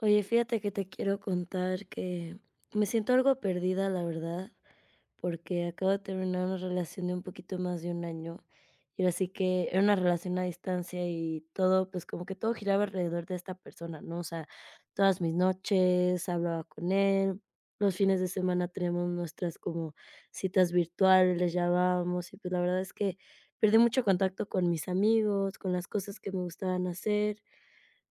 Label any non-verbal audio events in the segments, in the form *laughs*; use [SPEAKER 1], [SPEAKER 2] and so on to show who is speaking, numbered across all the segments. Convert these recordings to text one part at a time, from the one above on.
[SPEAKER 1] Oye, fíjate que te quiero contar que me siento algo perdida, la verdad, porque acabo de terminar una relación de un poquito más de un año. Y ahora sí que era una relación a distancia y todo, pues como que todo giraba alrededor de esta persona, ¿no? O sea, todas mis noches hablaba con él, los fines de semana tenemos nuestras como citas virtuales, les llamábamos, y pues la verdad es que perdí mucho contacto con mis amigos, con las cosas que me gustaban hacer.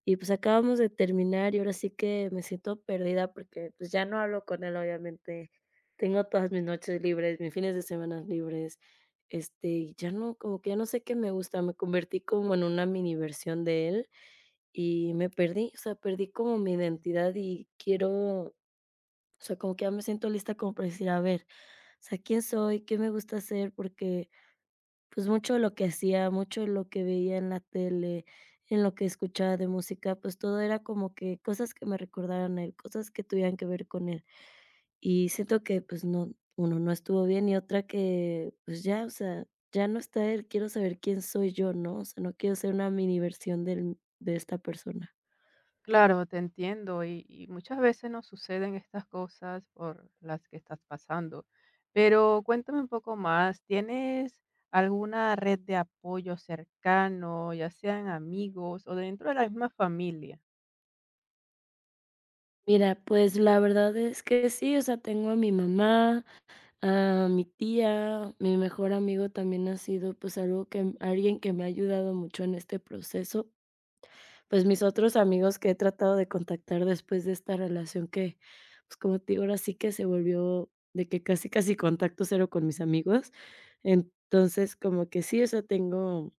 [SPEAKER 1] Y, pues, acabamos de terminar y ahora sí que me siento perdida porque, pues, ya no hablo con él, obviamente. Tengo todas mis noches libres, mis fines de semana libres, este, y ya no, como que ya no sé qué me gusta. Me convertí como en una mini versión de él y me perdí, o sea, perdí como mi identidad y quiero, o sea, como que ya me siento lista como para decir, a ver, o sea, ¿quién soy? ¿Qué me gusta hacer? Porque, pues, mucho de lo que hacía, mucho de lo que veía en la tele, en lo que escuchaba de música, pues, todo era como que cosas que me recordaran a él, cosas que tuvieran que ver con él. Y siento que, pues, no, uno, no estuvo bien, y otra que, pues, ya, o sea, ya no está él, quiero saber quién soy yo, ¿no? O sea, no quiero ser una mini versión del de esta persona.
[SPEAKER 2] Claro, te entiendo y muchas veces nos suceden estas cosas por las que estás pasando. Pero cuéntame un poco más, ¿tienes alguna red de apoyo cercano, ya sean amigos o dentro de la misma familia?
[SPEAKER 1] Mira, pues, la verdad es que sí, o sea, tengo a mi mamá, a mi tía, mi mejor amigo también ha sido, pues, algo que alguien que me ha ayudado mucho en este proceso. Pues, mis otros amigos que he tratado de contactar después de esta relación que, pues, como te digo, ahora sí que se volvió de que casi, casi contacto cero con mis amigos. Entonces, como que sí, o sea, tengo,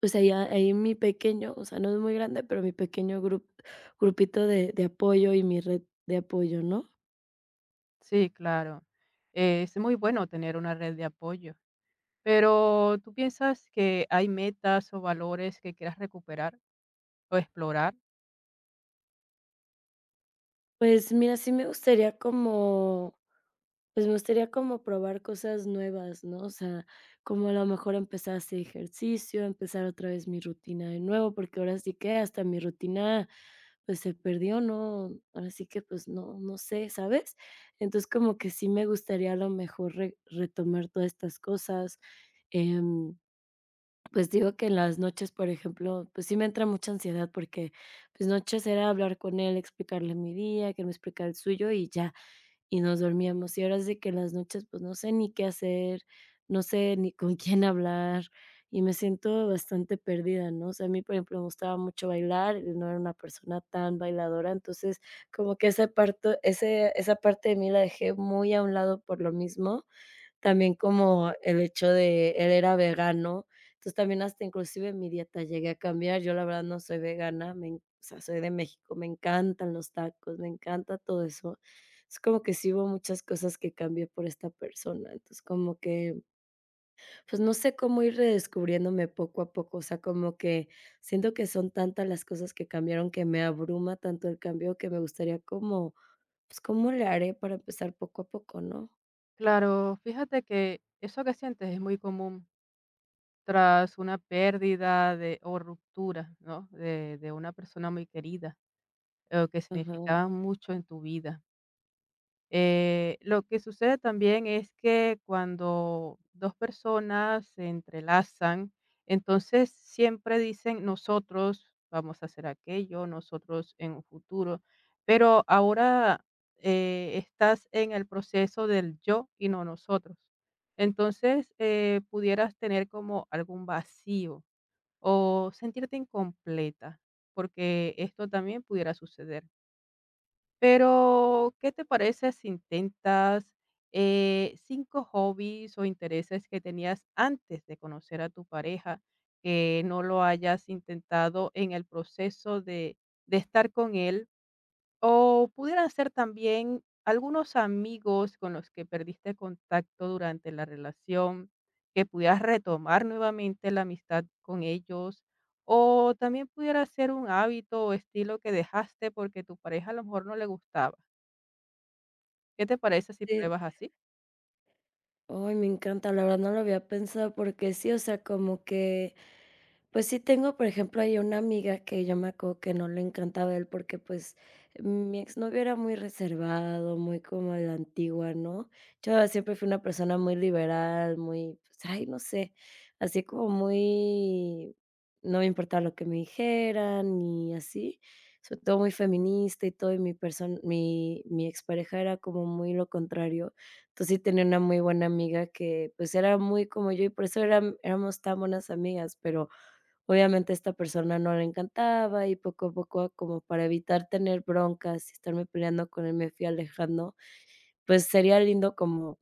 [SPEAKER 1] pues, ahí ahí mi pequeño, o sea, no es muy grande, pero mi pequeño grupito de apoyo y mi red de apoyo, ¿no?
[SPEAKER 2] Sí, claro. Es muy bueno tener una red de apoyo. Pero ¿tú piensas que hay metas o valores que quieras recuperar o explorar?
[SPEAKER 1] Pues, mira, me gustaría como probar cosas nuevas, ¿no? O sea, como a lo mejor empezar a hacer ejercicio, empezar otra vez mi rutina de nuevo, porque ahora sí que hasta mi rutina, pues, se perdió, ¿no? Ahora sí que, pues, no sé, ¿sabes? Entonces, como que sí me gustaría a lo mejor re retomar todas estas cosas. Em, pues, digo que en las noches, por ejemplo, pues, sí me entra mucha ansiedad porque, pues, noches era hablar con él, explicarle mi día, que me explicara el suyo y ya y nos dormíamos. Y ahora es de que en las noches, pues, no sé ni qué hacer, no sé ni con *laughs* quién hablar, y me siento bastante perdida, ¿no? O sea, a mí, por ejemplo, me gustaba mucho bailar, y no era una persona tan bailadora, entonces como que esa parte de mí la dejé muy a un lado por lo mismo, también como el hecho de él era vegano, entonces también hasta inclusive mi dieta llegué a cambiar. Yo la verdad no soy vegana, me en o sea, soy de México, me encantan los tacos, me encanta todo eso. Es como que sí hubo muchas cosas que cambié por esta persona. Entonces, como que, pues, no sé cómo ir redescubriéndome poco a poco. O sea, como que siento que son tantas las cosas que cambiaron que me abruma tanto el cambio que me gustaría como, pues, ¿cómo le haré para empezar poco a poco, no?
[SPEAKER 2] Claro, fíjate que eso que sientes es muy común. Tras una pérdida de o ruptura, ¿no? De una persona muy querida, o que
[SPEAKER 1] Ajá.
[SPEAKER 2] significaba mucho en tu vida. Lo que sucede también es que cuando 2 personas se entrelazan, entonces siempre dicen: "Nosotros vamos a hacer aquello, nosotros en un futuro", pero ahora, estás en el proceso del yo y no nosotros. Entonces, pudieras tener como algún vacío o sentirte incompleta, porque esto también pudiera suceder. Pero ¿qué te parece si intentas 5 hobbies o intereses que tenías antes de conocer a tu pareja, que no lo hayas intentado en el proceso de estar con él? O pudieran ser también algunos amigos con los que perdiste contacto durante la relación, que pudieras retomar nuevamente la amistad con ellos, o también pudiera ser un hábito o estilo que dejaste porque tu pareja a lo mejor no le gustaba. ¿Qué te parece si
[SPEAKER 1] Sí.
[SPEAKER 2] pruebas así?
[SPEAKER 1] Ay, me encanta, la verdad no lo había pensado porque sí, o sea, como que, pues sí tengo, por ejemplo, hay una amiga que yo me acuerdo que no le encantaba él porque pues mi exnovio era muy reservado, muy como a la antigua, ¿no? Yo siempre fui una persona muy liberal, muy, pues, ay, no sé, así como muy, no me importaba lo que me dijeran y así, sobre todo muy feminista y todo, y mi persona, mi expareja era como muy lo contrario. Entonces, sí tenía una muy buena amiga que, pues, era muy como yo, y por eso eram éramos tan buenas amigas, pero obviamente a esta persona no le encantaba, y poco a poco, como para evitar tener broncas y estarme peleando con él, me fui alejando. Pues, sería lindo como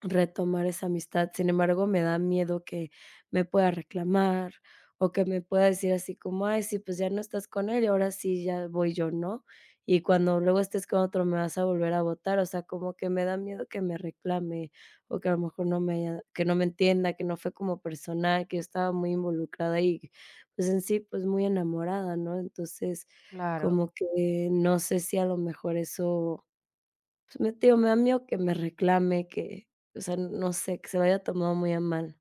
[SPEAKER 1] retomar esa amistad. Sin embargo, me da miedo que me pueda reclamar o que me pueda decir así como, ay, sí, pues ya no estás con él y ahora sí ya voy yo, ¿no? Y cuando luego estés con otro me vas a volver a votar, o sea, como que me da miedo que me reclame o que a lo mejor que no me entienda, que no fue como personal, que yo estaba muy involucrada y pues en sí, pues muy enamorada, ¿no? Entonces,
[SPEAKER 2] Claro.
[SPEAKER 1] como que no sé si a lo mejor eso, pues, me digo, me da miedo que me reclame, que, o sea, no sé, que se lo haya tomado muy a mal.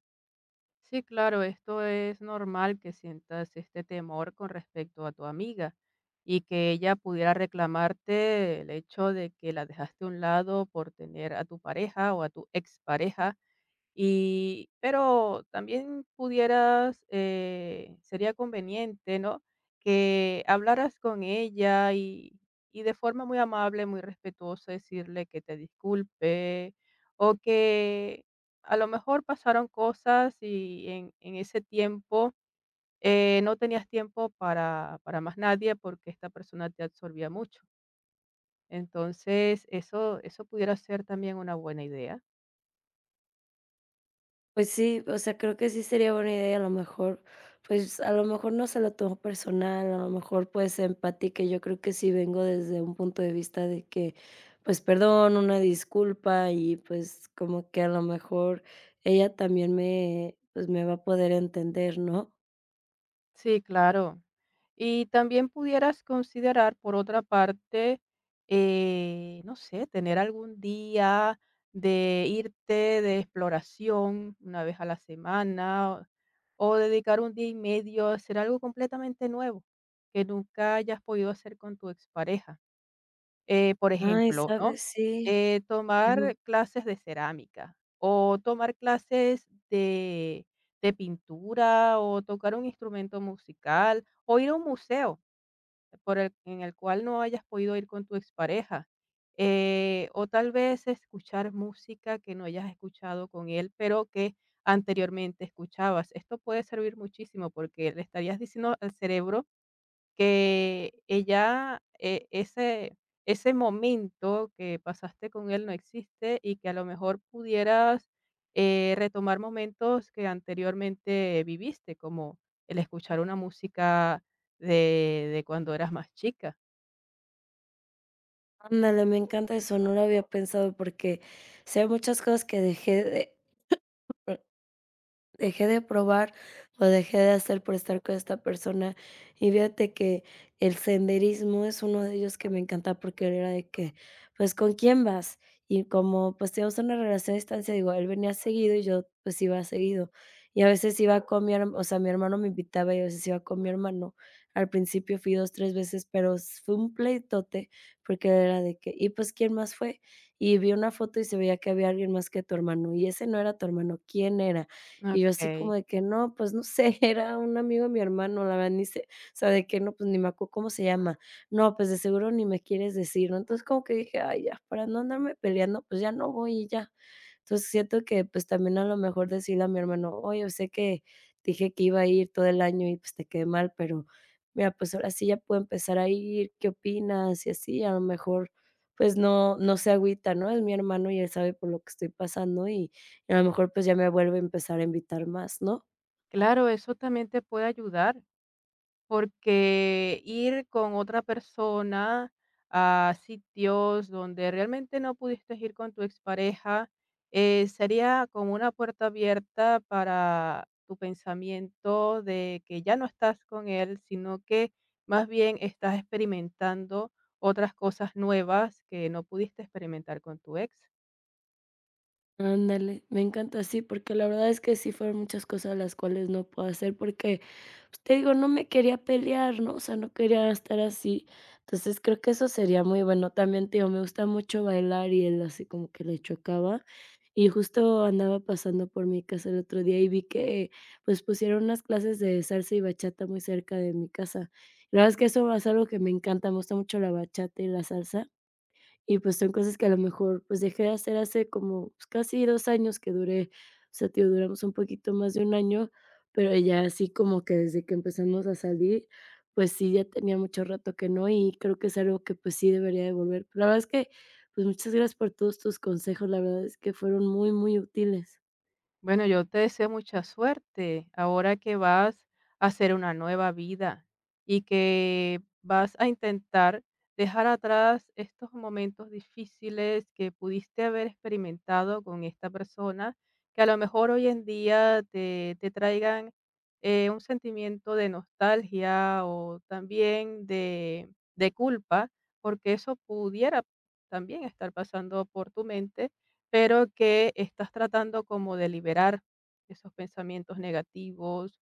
[SPEAKER 2] Sí, claro, esto es normal que sientas este temor con respecto a tu amiga y que ella pudiera reclamarte el hecho de que la dejaste a un lado por tener a tu pareja o a tu expareja y pero también pudieras, sería conveniente, ¿no?, que hablaras con ella y de forma muy amable, muy respetuosa, decirle que te disculpe, o que a lo mejor pasaron cosas y en ese tiempo, no tenías tiempo para más nadie porque esta persona te absorbía mucho. Entonces, eso pudiera ser también una buena idea.
[SPEAKER 1] Pues sí, o sea, creo que sí sería buena idea, a lo mejor, pues, a lo mejor no se lo tomo personal, a lo mejor, pues, empatiqué, yo creo que sí vengo desde un punto de vista de que, pues, perdón, una disculpa y, pues, como que a lo mejor ella también me, pues, me va a poder entender, ¿no?
[SPEAKER 2] Sí, claro. Y también pudieras considerar, por otra parte, no sé, tener algún día de irte de exploración una vez a la semana o dedicar un día y medio a hacer algo completamente nuevo que nunca hayas podido hacer con tu expareja. Por
[SPEAKER 1] Ay,
[SPEAKER 2] ejemplo, ¿no?
[SPEAKER 1] ¿sabes? Sí.
[SPEAKER 2] Tomar clases de cerámica o tomar clases de pintura o tocar un instrumento musical o ir a un museo por el en el cual no hayas podido ir con tu expareja, o tal vez escuchar música que no hayas escuchado con él, pero que anteriormente escuchabas. Esto puede servir muchísimo porque le estarías diciendo al cerebro que ella, ese ese momento que pasaste con él no existe y que a lo mejor pudieras, retomar momentos que anteriormente viviste, como el escuchar una música de cuando eras más chica.
[SPEAKER 1] Ándale, me encanta eso, no lo había pensado porque sí hay muchas cosas que dejé de probar, o dejé de hacer por estar con esta persona. Y fíjate que el senderismo es uno de ellos que me encanta, porque era de que, pues, ¿con quién vas? Y como, pues, teníamos una relación a distancia, digo, él venía seguido y yo, pues, iba seguido. Y a veces iba con mi hermano me invitaba y a veces iba con mi hermano. Al principio fui 2 3 veces, pero s fue un pleitote, porque era de que: "¿Y, pues, quién más fue?". Y vi una foto y se veía que había alguien más que tu hermano. "¿Y ese no era tu hermano? ¿Quién era?". Y yo así como
[SPEAKER 2] Okey.
[SPEAKER 1] de que no, pues no sé, *laughs* era un amigo de mi hermano, la verdad ni sé, o sea, de que no, pues ni me acuerdo cómo se llama. No, pues de seguro ni me quieres decir, ¿no? Entonces como que dije, ay, ya, para no andarme peleando, pues ya no voy y ya. Entonces, siento que, pues, también a lo mejor decirle a mi hermano: "Oye, sé que te dije que iba a ir todo el año y, pues, te quedé mal, pero mira, pues, ahora sí ya puedo empezar a ir, ¿qué opinas?", y así, a lo mejor, pues, no se agüita, ¿no? Es mi hermano y él sabe por lo que estoy pasando y a lo mejor, pues, ya me vuelve a empezar a invitar más, ¿no?
[SPEAKER 2] Claro, eso también te puede ayudar. Porque ir con otra persona a sitios donde realmente no pudiste ir con tu expareja, sería como una puerta abierta para tu pensamiento de que ya no estás con él, sino que más bien estás experimentando otras cosas nuevas que no pudiste experimentar con tu ex.
[SPEAKER 1] Ándale, me encanta, sí, porque la verdad es que sí fueron muchas cosas las cuales no puedo hacer porque, pues, te digo, no me quería pelear, ¿no? O sea, no quería estar así. Entonces, creo que eso sería muy bueno. También, te digo, me gusta mucho bailar y él así como que le chocaba. Y justo andaba pasando por mi casa el otro día y vi que, pues, pusieron unas clases de salsa y bachata muy cerca de mi casa. La verdad es que eso es algo que me encanta, me gusta mucho la bachata y la salsa. Y, pues, son cosas que a lo mejor, pues, dejé de hacer hace como, pues, casi 2 años que duré, o sea, tío duramos un poquito más de un año, pero ya así como que desde que empezamos a salir, pues sí, ya tenía mucho rato que no, y creo que es algo que, pues, sí debería de volver. Pero la verdad es que, pues, muchas gracias por todos tus consejos, la verdad es que fueron muy, muy útiles.
[SPEAKER 2] Bueno, yo te deseo mucha suerte ahora que vas a hacer una nueva vida y que vas a intentar dejar atrás estos momentos difíciles que pudiste haber experimentado con esta persona, que a lo mejor hoy en día te traigan un sentimiento de nostalgia o también de culpa, porque eso pudiera también estar pasando por tu mente pero que estás tratando como de liberar esos pensamientos negativos,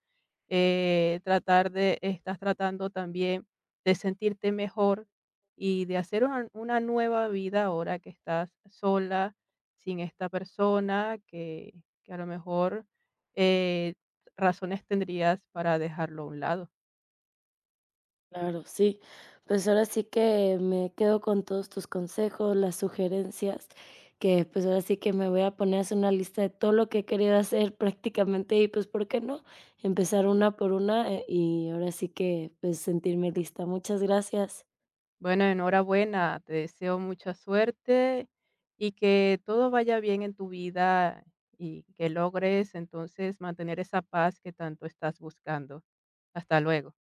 [SPEAKER 2] tratar de estás tratando también de sentirte mejor y de hacer una nueva vida ahora que estás sola, sin esta persona, que a lo mejor eh, razones tendrías para dejarlo a un lado.
[SPEAKER 1] Claro, sí. Pues ahora sí que me quedo con todos tus consejos, las sugerencias, que pues ahora sí que me voy a poner a hacer una lista de todo lo que he querido hacer *laughs* prácticamente y pues, ¿por qué no? Empezar una por una, y ahora sí que pues sentirme lista. Muchas gracias.
[SPEAKER 2] Bueno, enhorabuena, te deseo mucha suerte y que todo vaya bien en tu vida y que logres entonces mantener esa paz que tanto estás buscando. Hasta luego.